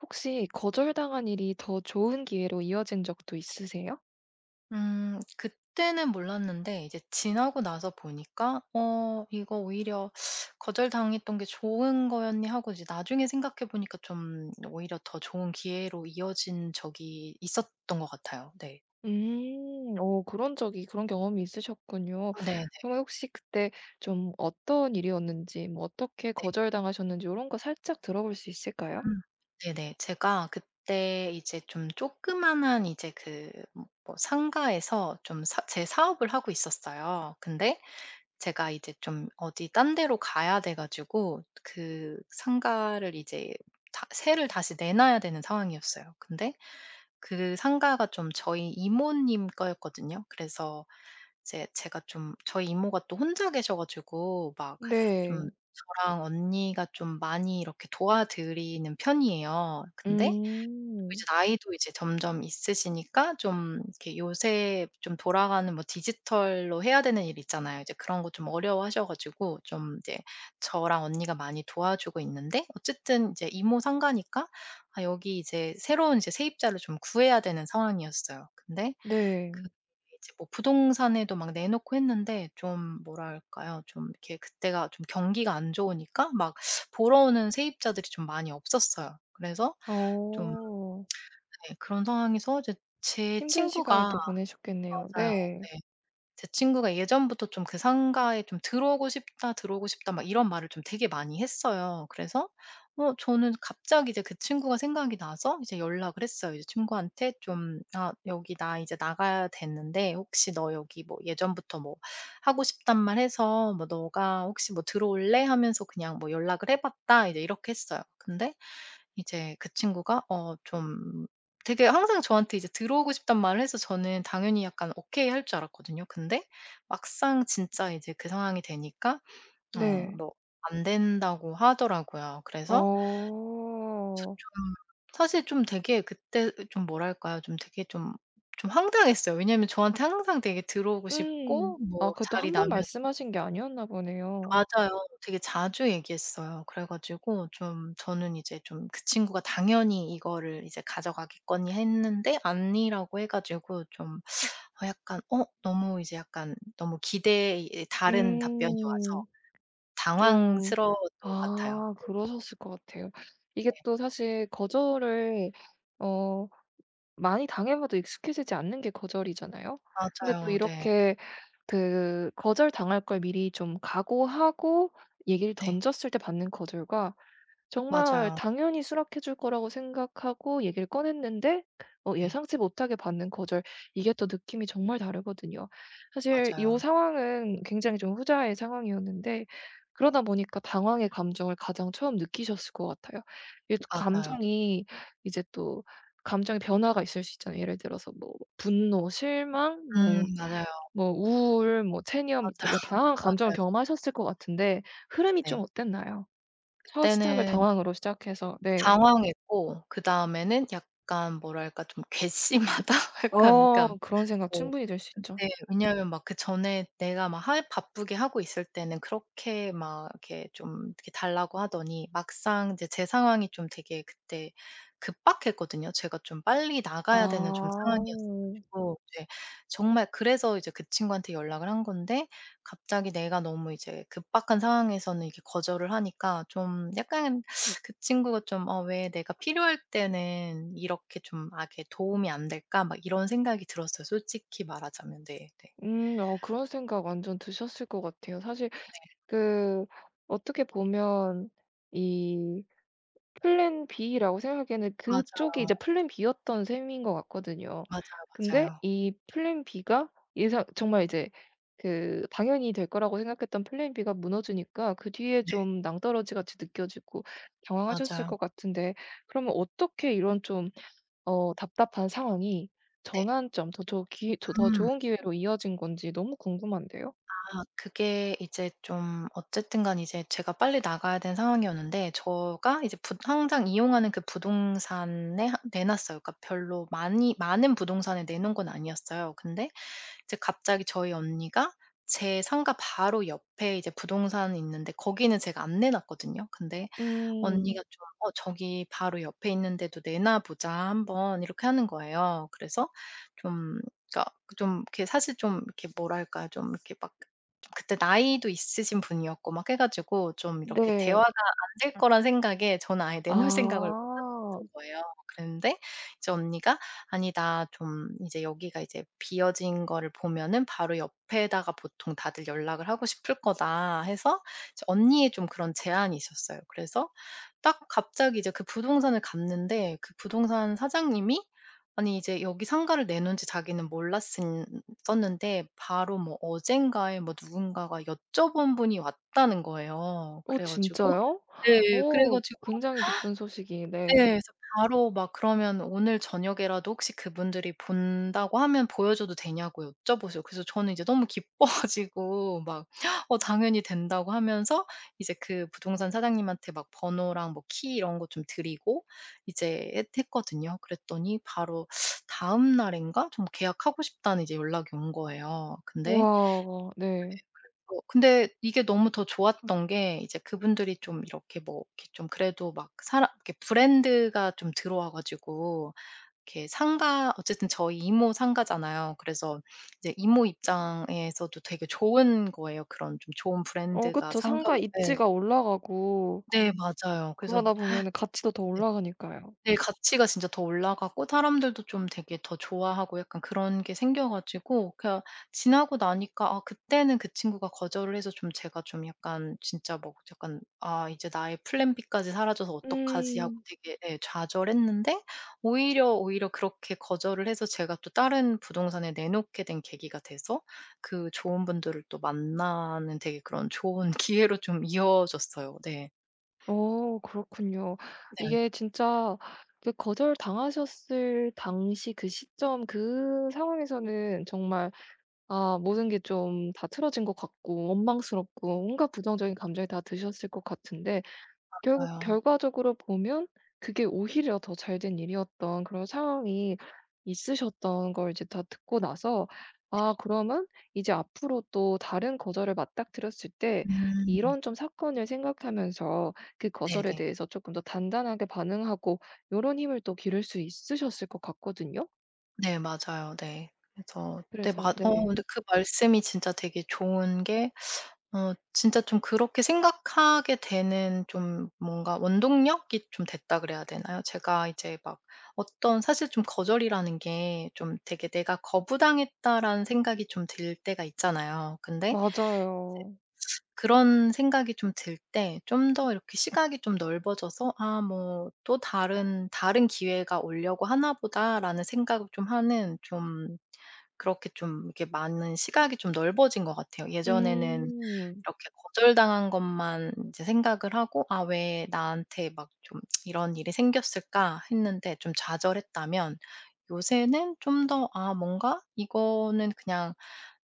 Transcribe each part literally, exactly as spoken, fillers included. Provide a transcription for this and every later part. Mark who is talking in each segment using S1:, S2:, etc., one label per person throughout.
S1: 혹시 거절당한 일이 더 좋은 기회로 이어진 적도 있으세요?
S2: 음 그때는 몰랐는데 이제 지나고 나서 보니까 '어 이거 오히려 거절당했던 게 좋은 거였니?' 하고 이제 나중에 생각해 보니까 좀 오히려 더 좋은 기회로 이어진 적이 있었던 것 같아요. 네.
S1: 음. 어 그런 적이 그런 경험이 있으셨군요.
S2: 네네네.
S1: 그러면 혹시 그때 좀 어떤 일이었는지 뭐 어떻게 거절당하셨는지 이런 거 살짝 들어볼 수 있을까요?
S2: 음. 네네. 제가 그때 이제 좀 조그마한 이제 그 뭐 상가에서 좀 제 사업을 하고 있었어요. 근데 제가 이제 좀 어디 딴 데로 가야 돼 가지고 그 상가를 이제 다 세를 다시 내 놔야 되는 상황이었어요. 근데 그 상가가 좀 저희 이모님 거였거든요. 그래서 이제 제가 좀 저희 이모가 또 혼자 계셔 가지고 막 좀
S1: 네.
S2: 저랑 언니가 좀 많이 이렇게 도와드리는 편이에요. 근데 이제
S1: 음.
S2: 나이도 이제 점점 있으시니까 좀 이렇게 요새 좀 돌아가는 뭐 디지털로 해야 되는 일 있잖아요. 이제 그런 거 좀 어려워하셔 가지고 좀 이제 저랑 언니가 많이 도와주고 있는데 어쨌든 이제 이모 상가니까 아 여기 이제 새로운 이제 세입자를 좀 구해야 되는 상황이었어요. 근데
S1: 네.
S2: 그 이제 뭐 부동산에도 막 내놓고 했는데 좀 뭐랄까요? 좀 이렇게 그때가 좀 경기가 안 좋으니까 막 보러 오는 세입자들이 좀 많이 없었어요. 그래서 좀
S1: 어.
S2: 네. 그런 상황에서 이제 제
S1: 힘든 시간을
S2: 친구가
S1: 또 보내셨겠네요.
S2: 맞아요.
S1: 네.
S2: 네. 제 친구가 예전부터 좀 그 상가에 좀 "들어오고 싶다, 들어오고 싶다." 막 이런 말을 좀 되게 많이 했어요. 그래서 어 저는 갑자기 이제 그 친구가 생각이 나서 이제 연락을 했어요. 이제 친구한테 좀 "아 여기 나 이제 나가야 되는데 혹시 너 여기 뭐 예전부터 뭐 하고 싶단 말 해서 뭐 너가 혹시 뭐 들어올래?" 하면서 그냥 뭐 연락을 해 봤다. 이제 이렇게 했어요. 근데 이제 그 친구가 어 좀 되게 항상 저한테 이제 들어오고 싶다는 말을 해서 저는 당연히 약간 오케이 할 줄 알았거든요. 근데 막상 진짜 이제 그 상황이 되니까 어
S1: 네.
S2: 뭐 안 된다고 하더라고요. 그래서
S1: 어.
S2: 좀 사실 좀 되게 그때 좀 뭐랄까요? 좀 되게 좀 좀 황당했어요. 왜냐하면 저한테 항상 되게 들어오고
S1: 음.
S2: 싶고
S1: 아,
S2: 뭐
S1: 그것도
S2: 자리
S1: 한 번
S2: 나면
S1: 말씀하신 게 아니었나 보네요.
S2: 맞아요. 되게 자주 얘기했어요. 그래 가지고 좀 저는 이제 좀 그 친구가 당연히 이거를 이제 가져가겠거니 했는데 아니라고 해 가지고 좀 어 약간 어 너무 이제 약간 너무 기대에 다른 답변이 와서
S1: 음. 좀
S2: 당황스러웠던 것 같아요.
S1: 아, 그러셨을 것 같아요. 이게
S2: 네네.
S1: 또 사실 거절을 어 많이 당해봐도 익숙해지지 않는 게 거절이잖아요. 근데 또
S2: 맞아요. 네.
S1: 이렇게 그 거절당할 걸 미리 좀 각오하고 얘기를
S2: 네.
S1: 던졌을 때 받는 거절과 정말
S2: 맞아요.
S1: 당연히 수락해 줄 거라고 생각하고 얘기를 꺼냈는데 어
S2: 네.
S1: 예상치 못하게 받는 거절, 이게 또 느낌이 정말 다르거든요. 사실 요
S2: 맞아요.
S1: 상황은 굉장히 좀 후자의 상황이었는데, 그러다 보니까 당황의 감정을 가장 처음 느끼셨을 것 같아요. 이게 또
S2: 맞아요.
S1: 감정이 이제 또 감정의 변화가 있을 수 있잖아요. 예를 들어서 뭐 분노, 실망, 뭐
S2: 음 맞아요.
S1: 뭐 우울, 뭐 체념
S2: 맞아요.
S1: 다 다양한 감정을
S2: 맞아요.
S1: 경험하셨을 것 같은데 흐름이 좀
S2: 네.
S1: 어땠나요? 첫 시작을
S2: 그때는
S1: 당황으로 시작해서 네.
S2: 당황했고 그다음에는 약간 뭐랄까 좀 괘씸하다? 약간 그러니까
S1: 어, 그런 생각
S2: 뭐
S1: 충분히 들 수 있죠.
S2: 네. 왜냐하면 막 그전에 내가 막 하 바쁘게 하고 있을 때는 그렇게 막 이렇게 좀 이렇게 달라고 하더니 막상 이제 제 상황이 좀 되게 그때 급박했거든요. 제가 좀 빨리 나가야 되는 좀
S1: 아.
S2: 상황이었어 가지고 이제 정말 그래서 이제 그 친구한테 연락을 한 건데 갑자기 내가 너무 이제 급박한 상황에서는 이렇게 거절을 하니까 좀 약간 그 친구가 좀 '어 왜 내가 필요할 때는 이렇게 좀아게 도움이 안 될까?' 막 이런 생각이 들었어요 솔직히 말하자면. 네 네.
S1: 음. 어, 그런 생각 완전 드셨을 것 같아요. 사실
S2: 네.
S1: 그 어떻게 보면 이 플랜 B라고 생각하기에는 그쪽이
S2: 맞아요.
S1: 이제 플랜 B였던 셈인 것 같거든요.
S2: 맞아요,
S1: 근데
S2: 맞아요.
S1: 이 플랜 B가 예상 정말 이제 그 당연히 될 거라고 생각했던 플랜 B가 무너지니까 그 뒤에
S2: 네.
S1: 좀 낭떠러지 같이 느껴지고 당황하셨을
S2: 맞아요.
S1: 것 같은데 그러면 어떻게 이런 좀 어 답답한 상황이
S2: 네.
S1: 전환점 더 좋 기 더 더
S2: 음.
S1: 좋은 기회로 이어진 건지 너무 궁금한데요.
S2: 아 그게 이제 좀 어쨌든 간 이제 제가 빨리 나가야 된 상황이었는데 제가 이제 부 항상 이용하는 그 부동산에 하 내놨어요. 그러니까 별로 많이 많은 부동산에 내놓은 건 아니었어요. 근데 이제 갑자기 저희 언니가 제 상가 바로 옆에 이제 부동산이 있는데 거기는 제가 안 내놨거든요. 근데
S1: 음.
S2: 언니가 좀 "어 저기 바로 옆에 있는데도 내놔 보자 한 번." 이렇게 하는 거예요. 그래서 좀 그러니까 좀 이렇게 사실 좀 이렇게 뭐랄까 좀 이렇게 막 좀 그때 나이도 있으신 분이었고 막 해 가지고 좀 이렇게
S1: 네.
S2: 대화가 안 될 거란 생각에 저는 아예 내놓을 생각을 못
S1: 아.
S2: 했던 거예요. 그랬는데 이제 언니가 "아니 나 좀 이제 여기가 이제 비어진 거를 보면은 바로 옆에다가 보통 다들 연락을 하고 싶을 거다." 해서 이제 언니의 좀 그런 제안이 있었어요. 그래서 딱 갑자기 이제 그 부동산을 갔는데 그 부동산 사장님이 아니 이제 여기 상가를 내놓은지 자기는 몰랐었는데 바로 뭐 어젠가에 뭐 누군가가 여쭤본 분이 왔다는 거예요.
S1: 어,
S2: 그래 가지고
S1: 진짜요?
S2: 네. 그래
S1: 오,
S2: 가지고
S1: 굉장히 기쁜
S2: 네.
S1: 소식이네.
S2: 그래서 바로 막 그러면 오늘 저녁에라도 혹시 그분들이 본다고 하면 보여줘도 되냐고 여쭤보세요. 그래서 저는 이제 너무 기뻐 가지고 막 어 당연히 된다고 하면서 이제 그 부동산 사장님한테 막 번호랑 뭐 키 이런 거 좀 드리고 이제 했 했거든요. 그랬더니 바로 다음 날인가 좀 "계약하고 싶다."는 이제 연락이 온 거예요. 근데
S1: 와, 네.
S2: 어 근데 이게 너무 더 좋았던 게 이제 그분들이 좀 이렇게 뭐 이렇게 좀 그래도 막 사람 이렇게 브랜드가 좀 들어와 가지고 이렇게 상가 어쨌든 저희 이모 상가잖아요. 그래서 이제 이모 입장에서도 되게 좋은 거예요. 그런 좀 좋은
S1: 어,
S2: 브랜드가
S1: 그쵸.
S2: 상가로
S1: 상가 입지가
S2: 예.
S1: 올라가고
S2: 네 맞아요. 그래서
S1: 그러다 보면은 가치도 더 올라가니까요.
S2: 네. 가치가 진짜 더 올라가고 사람들도 좀 되게 더 좋아하고 약간 그런 게 생겨 가지고 그냥 지나고 나니까 아 그때는 그 친구가 거절을 해서 좀 제가 좀 약간 진짜 막 약간 '아 이제 나의 플랜 B까지 사라져서 어떡하지?' 하고
S1: 음.
S2: 되게 예 좌절했는데 오히려, 오히려 그렇게 거절을 해서 제가 또 다른 부동산에 내놓게 된 계기가 돼서 그 좋은 분들을 또 만나는 되게 그런 좋은 기회로 좀 이어졌어요. 네.
S1: 어, 그렇군요.
S2: 네.
S1: 이게 진짜 그 거절당하셨을 당시 그 시점 그 상황에서는 정말 아 모든 게 좀 다 틀어진 것 같고 원망스럽고 온갖 부정적인 감정이 다 드셨을 것 같은데, 결국
S2: 맞아요.
S1: 결과적으로 보면 그게 오히려 더 잘된 일이었던 그런 상황이 있으셨던 걸 이제 다 듣고 나서 '아 그러면 이제 앞으로 또 다른 거절을 맞닥뜨렸을 때
S2: 음.
S1: 이런 좀 사건을 생각하면서 그 거절에
S2: 네네.
S1: 대해서 조금 더 단단하게 반응하고 요런 힘을 또 기를 수 있으셨을 것 같거든요.'
S2: 네 맞아요. 네. 그래서 네
S1: 그래서
S2: 맞 어
S1: 네.
S2: 근데 그 말씀이 진짜 되게 좋은 게 어 진짜 좀 그렇게 생각하게 되는 좀 뭔가 원동력이 좀 됐다 그래야 되나요? 제가 이제 막 어떤 사실 좀 거절이라는 게 좀 되게 '내가 거부당했다.'라는 생각이 좀 들 때가 있잖아요. 근데 이제
S1: 맞아요.
S2: 그런 생각이 좀 들 때 좀 더 이렇게 시각이 좀 넓어져서 '아 뭐 또 다른, 다른 기회가 오려고 하나 보다.'라는 생각을 좀 하는 좀 그렇게 좀 이렇게 많은 시각이 좀 넓어진 것 같아요. 예전에는
S1: 음.
S2: 이렇게 거절당한 것만 이제 생각을 하고 '아 왜 나한테 막 좀 이런 일이 생겼을까?' 했는데 좀 좌절했다면 요새는 좀 더 '아 뭔가 이거는 그냥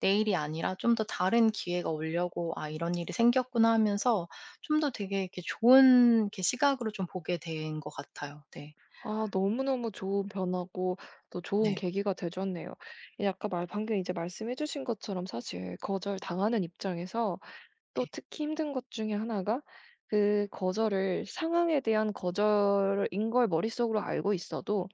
S2: 내 일이 아니라 좀 더 다른 기회가 오려고 아 이런 일이 생겼구나.' 하면서 좀 더 되게 이렇게 좋은 이렇게 시각으로 좀 보게 된 것 같아요. 네.
S1: 아, 너무너무 좋은 변화고 또 좋은
S2: 네.
S1: 계기가 되셨네요. 이 아까 말 방금 이제 말씀해 주신 것처럼 사실 거절당하는 입장에서 또
S2: 네.
S1: 특히 힘든 것 중에 하나가 그 거절을 상황에 대한 거절인 걸 머릿속으로 알고 있어도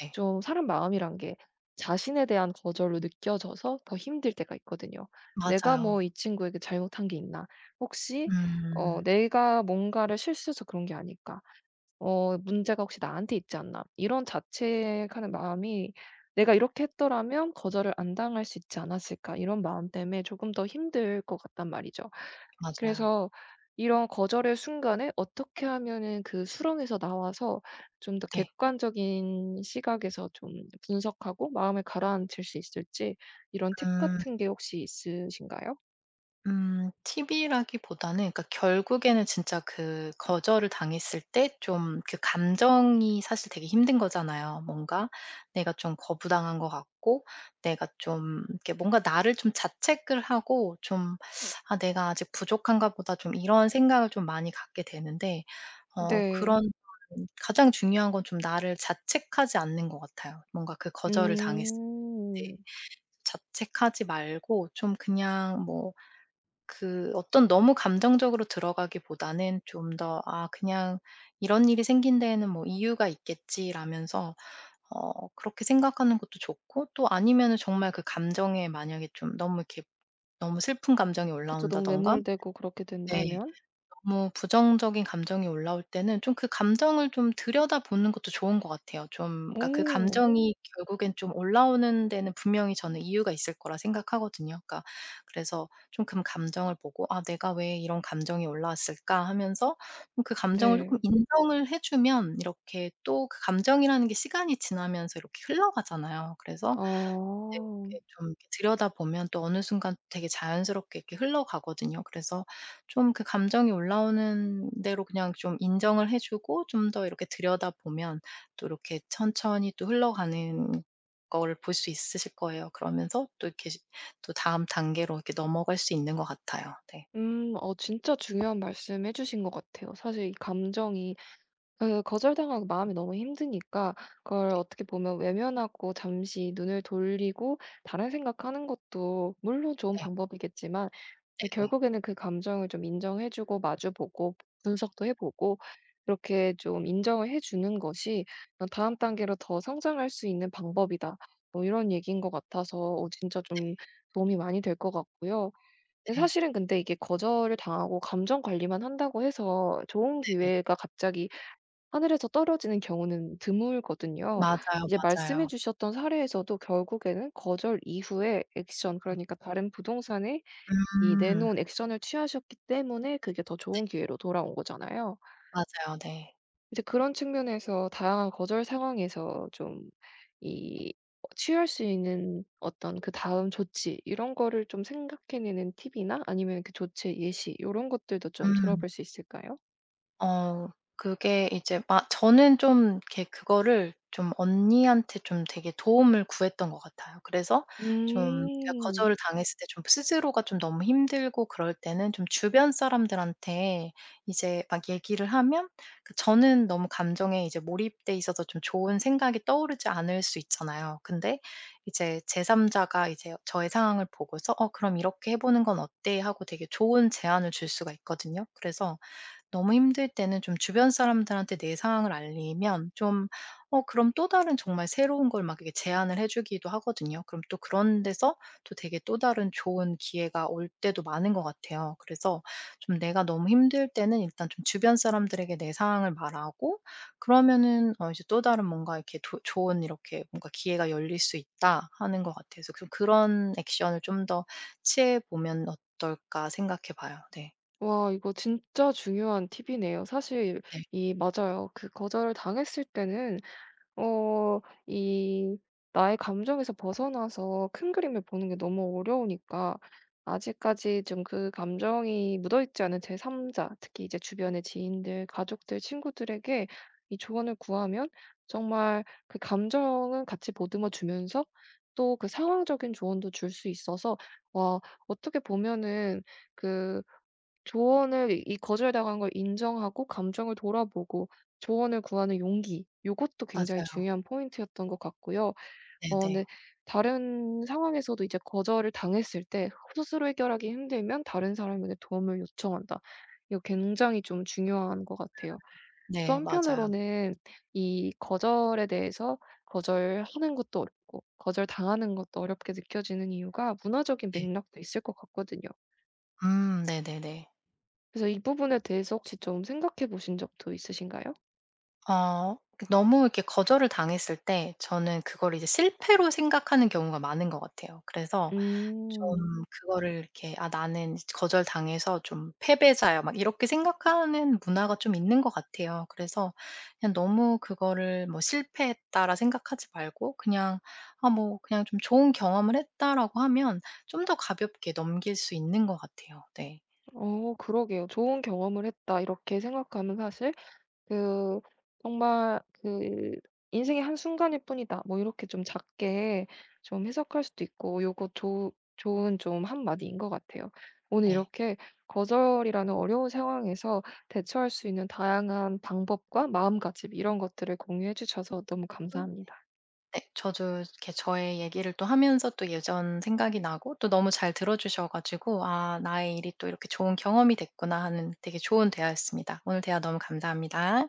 S2: 네.
S1: 좀 사람 마음이란 게 자신에 대한 거절로 느껴져서 더 힘들 때가 있거든요. '내가 뭐
S2: 맞아요.
S1: 이 친구에게 잘못한 게 있나? 혹시 어
S2: 음.
S1: 내가 뭔가를 실수해서 그런 게 아닐까?' 어 '문제가 혹시 나한테 있지 않나.' 이런 자책하는 마음이 '내가 이렇게 했더라면 거절을 안 당할 수 있지 않았을까.' 이런 마음 때문에 조금 더 힘들 것 같단 말이죠.
S2: 맞아요.
S1: 그래서 이런 거절의 순간에 어떻게 하면은 그 수렁에서 나와서 좀 더
S2: 네.
S1: 객관적인 시각에서 좀 분석하고 마음을 가라앉힐 수 있을지 이런 팁
S2: 음.
S1: 같은 게 혹시 있으신가요?
S2: 음 팁이라기보다는 그러니까 결국에는 진짜 그 거절을 당했을 때 좀 그 감정이 사실 되게 힘든 거잖아요. 뭔가 내가 좀 거부당한 것 같고 내가 좀 이렇게 뭔가 나를 좀 자책을 하고 좀 '아 내가 아직 부족한가 보다.' 좀 이런 생각을 좀 많이 갖게 되는데 어 그런
S1: 네.
S2: 가장 중요한 건 좀 나를 자책하지 않는 것 같아요. 뭔가 그 거절을 당했을 때
S1: 음.
S2: 자책하지 말고 좀 그냥 뭐 그 어떤 너무 감정적으로 들어가기보다는 좀 더 '아 그냥 이런 일이 생긴 데에는 뭐 이유가 있겠지.'라면서 어 그렇게 생각하는 것도 좋고 또 아니면은 정말 그 감정에 만약에 좀 너무 이렇게 너무 슬픈 감정이
S1: 그쵸, 너무
S2: 올라온다든가
S1: 매몰되고 그렇게
S2: 네.
S1: 된다면.
S2: 너무 부정적인 감정이 올라올 때는 좀 그 감정을 좀 들여다보는 것도 좋은 것 같아요. 좀 그러니까 그
S1: 오.
S2: 감정이 결국엔 좀 올라오는 데는 분명히 저는 이유가 있을 거라 생각하거든요. 그러니까 그래서 좀 그 감정을 보고 '아 내가 왜 이런 감정이 올라왔을까?' 하면서 좀 그 감정을 쪼끔
S1: 네.
S2: 인정을 해 주면 이렇게 또 그 감정이라는 게 시간이 지나면서 이렇게 흘러가잖아요. 그래서 네.
S1: 어.
S2: 이렇게 좀 이렇게 들여다보면 또 어느 순간 되게 자연스럽게 이렇게 흘러가거든요. 그래서 좀 그 감정이 올라오는 대로 그냥 좀 인정을 해 주고 좀 더 이렇게 들여다보면 또 이렇게 천천히 또 흘러가는 거를 볼 수 있으실 거예요. 그러면서 또 이렇게 시 또 다음 단계로 이렇게 넘어갈 수 있는 것 같아요. 네.
S1: 음, 어 진짜 중요한 말씀해 주신 것 같아요. 사실 이 감정이 그 거절당하고 마음이 너무 힘드니까 그걸 어떻게 보면 외면하고 잠시 눈을 돌리고 다른 생각하는 것도 물론 좋은
S2: 네.
S1: 방법이겠지만 이
S2: 네네.
S1: 결국에는 그 감정을 좀 인정해 주고 마주 보고 분석도 해 보고 그렇게 좀 인정을 해 주는 것이 어 '다음 단계로 더 성장할 수 있는 방법이다.' 뭐 이런 얘기인 것 같아서 어 진짜 좀 도움이 많이 될 것 같고요. 예
S2: 네.
S1: 사실은 근데 이게 거절을 당하고 감정 관리만 한다고 해서 좋은
S2: 네네.
S1: 기회가 갑자기 하늘에서 떨어지는 경우는 드물거든요.
S2: 맞아요,
S1: 이제
S2: 맞아요.
S1: 말씀해 주셨던 사례에서도 결국에는 거절 이후에 액션,
S2: 네.
S1: 그러니까 다른 부동산에 이
S2: 음.
S1: 내놓은 액션을 취하셨기 때문에 그게 더 좋은 기회로 돌아온 거잖아요.
S2: 맞아요. 네.
S1: 이제 그런 측면에서 다양한 거절 상황에서 좀 이 어 취할 수 있는 어떤 그다음 조치 이런 거를 좀 생각해 내는 팁이나 아니면 그 조치 예시 요런 것들도 좀
S2: 음.
S1: 들어볼 수 있을까요?
S2: 어 그게 이제 막 저는 좀 이렇게 그거를 좀 언니한테 좀 되게 도움을 구했던 것 같아요. 그래서 좀 제가
S1: 음.
S2: 거절을 당했을 때 좀 스스로가 좀 너무 힘들고 그럴 때는 좀 주변 사람들한테 이제 막 얘기를 하면 그 저는 너무 감정에 이제 몰입돼 있어서 좀 좋은 생각이 떠오르지 않을 수 있잖아요. 근데 이제 제삼 자가 이제 저의 상황을 보고서 "어 그럼 이렇게 해 보는 건 어때?" 하고 되게 좋은 제안을 줄 수가 있거든요. 그래서 너무 힘들 때는 좀 주변 사람들한테 내 상황을 알리면 좀 어 그럼 또 다른 정말 새로운 걸 막 이렇게 제안을 해 주기도 하거든요. 그럼 또 그런 데서 또 되게 또 다른 좋은 기회가 올 때도 많은 것 같아요. 그래서 좀 내가 너무 힘들 때는 일단 좀 주변 사람들에게 내 상황을 말하고 그러면은 어 이제 또 다른 뭔가 이렇게 도 좋은 이렇게 뭔가 기회가 열릴 수 있다 하는 것 같아서 좀 그런 액션을 좀 더 취해 보면 어떨까 생각해 봐요. 네.
S1: 와, 이거 진짜 중요한 팁이네요. 사실
S2: 네.
S1: 이 맞아요. 그 거절을 당했을 때는 어 이 나의 감정에서 벗어나서 큰 그림을 보는 게 너무 어려우니까 아직까지 좀 그 감정이 묻어 있지 않은 제삼 자, 특히 이제 주변의 지인들, 가족들, 친구들에게 이 조언을 구하면 정말 그 감정은 같이 보듬어 주면서 또 그 상황적인 조언도 줄 수 있어서 와 어떻게 보면은 그 조언을 이 이 거절당한 걸 인정하고 감정을 돌아보고 조언을 구하는 용기 요것도 굉장히
S2: 맞아요.
S1: 중요한 포인트였던 것 같고요. 어
S2: 네네.
S1: 네, 다른 상황에서도 이제 거절을 당했을 때 스스로 해결하기 힘들면 다른 사람에게 도움을 요청한다. 이거 굉장히 좀 중요한 것 같아요. 또
S2: 네 맞아요.
S1: 한편으로는 이 거절에 대해서 거절하는 것도 어렵고 거절당하는 것도 어렵게 느껴지는 이유가 문화적인
S2: 네.
S1: 맥락도 있을 것 같거든요.
S2: 음 네네네.
S1: 그래서 이 부분에 대해서 혹시 좀 생각해 보신 적도 있으신가요?
S2: 어 그 너무 이렇게 거절을 당했을 때 저는 그걸 이제 실패로 생각하는 경우가 많은 것 같아요. 그래서
S1: 음.
S2: 좀 그거를 이렇게 '아 나는 거절당해서 좀 패배자야.' 막 이렇게 생각하는 문화가 좀 있는 것 같아요. 그래서 그냥 너무 그거를 뭐 '실패했다.'라 생각하지 말고 그냥 '아 뭐 그냥 좀 좋은 경험을 했다.'라고 하면 좀 더 가볍게 넘길 수 있는 것 같아요. 네.
S1: 어, 그러게요. '좋은 경험을 했다.' 이렇게 생각하면 사실 그 정말 그 '인생의 한순간일 뿐이다.' 뭐 이렇게 좀 작게 좀 해석할 수도 있고 요거 좋 좋은 좀 한마디인 것 같아요. 오늘 이렇게 거절이라는 어려운 상황에서 대처할 수 있는 다양한 방법과 마음가짐 이런 것들을 공유해 주셔서 너무
S2: 네.
S1: 감사합니다.
S2: 네. 저도 이렇게 저의 얘기를 또 하면서 또 예전 생각이 나고 또 너무 잘 들어 주셔 가지고 '아 나의 일이 또 이렇게 좋은 경험이 됐구나.' 하는 되게 좋은 대화였습니다. 오늘 대화 너무 감사합니다.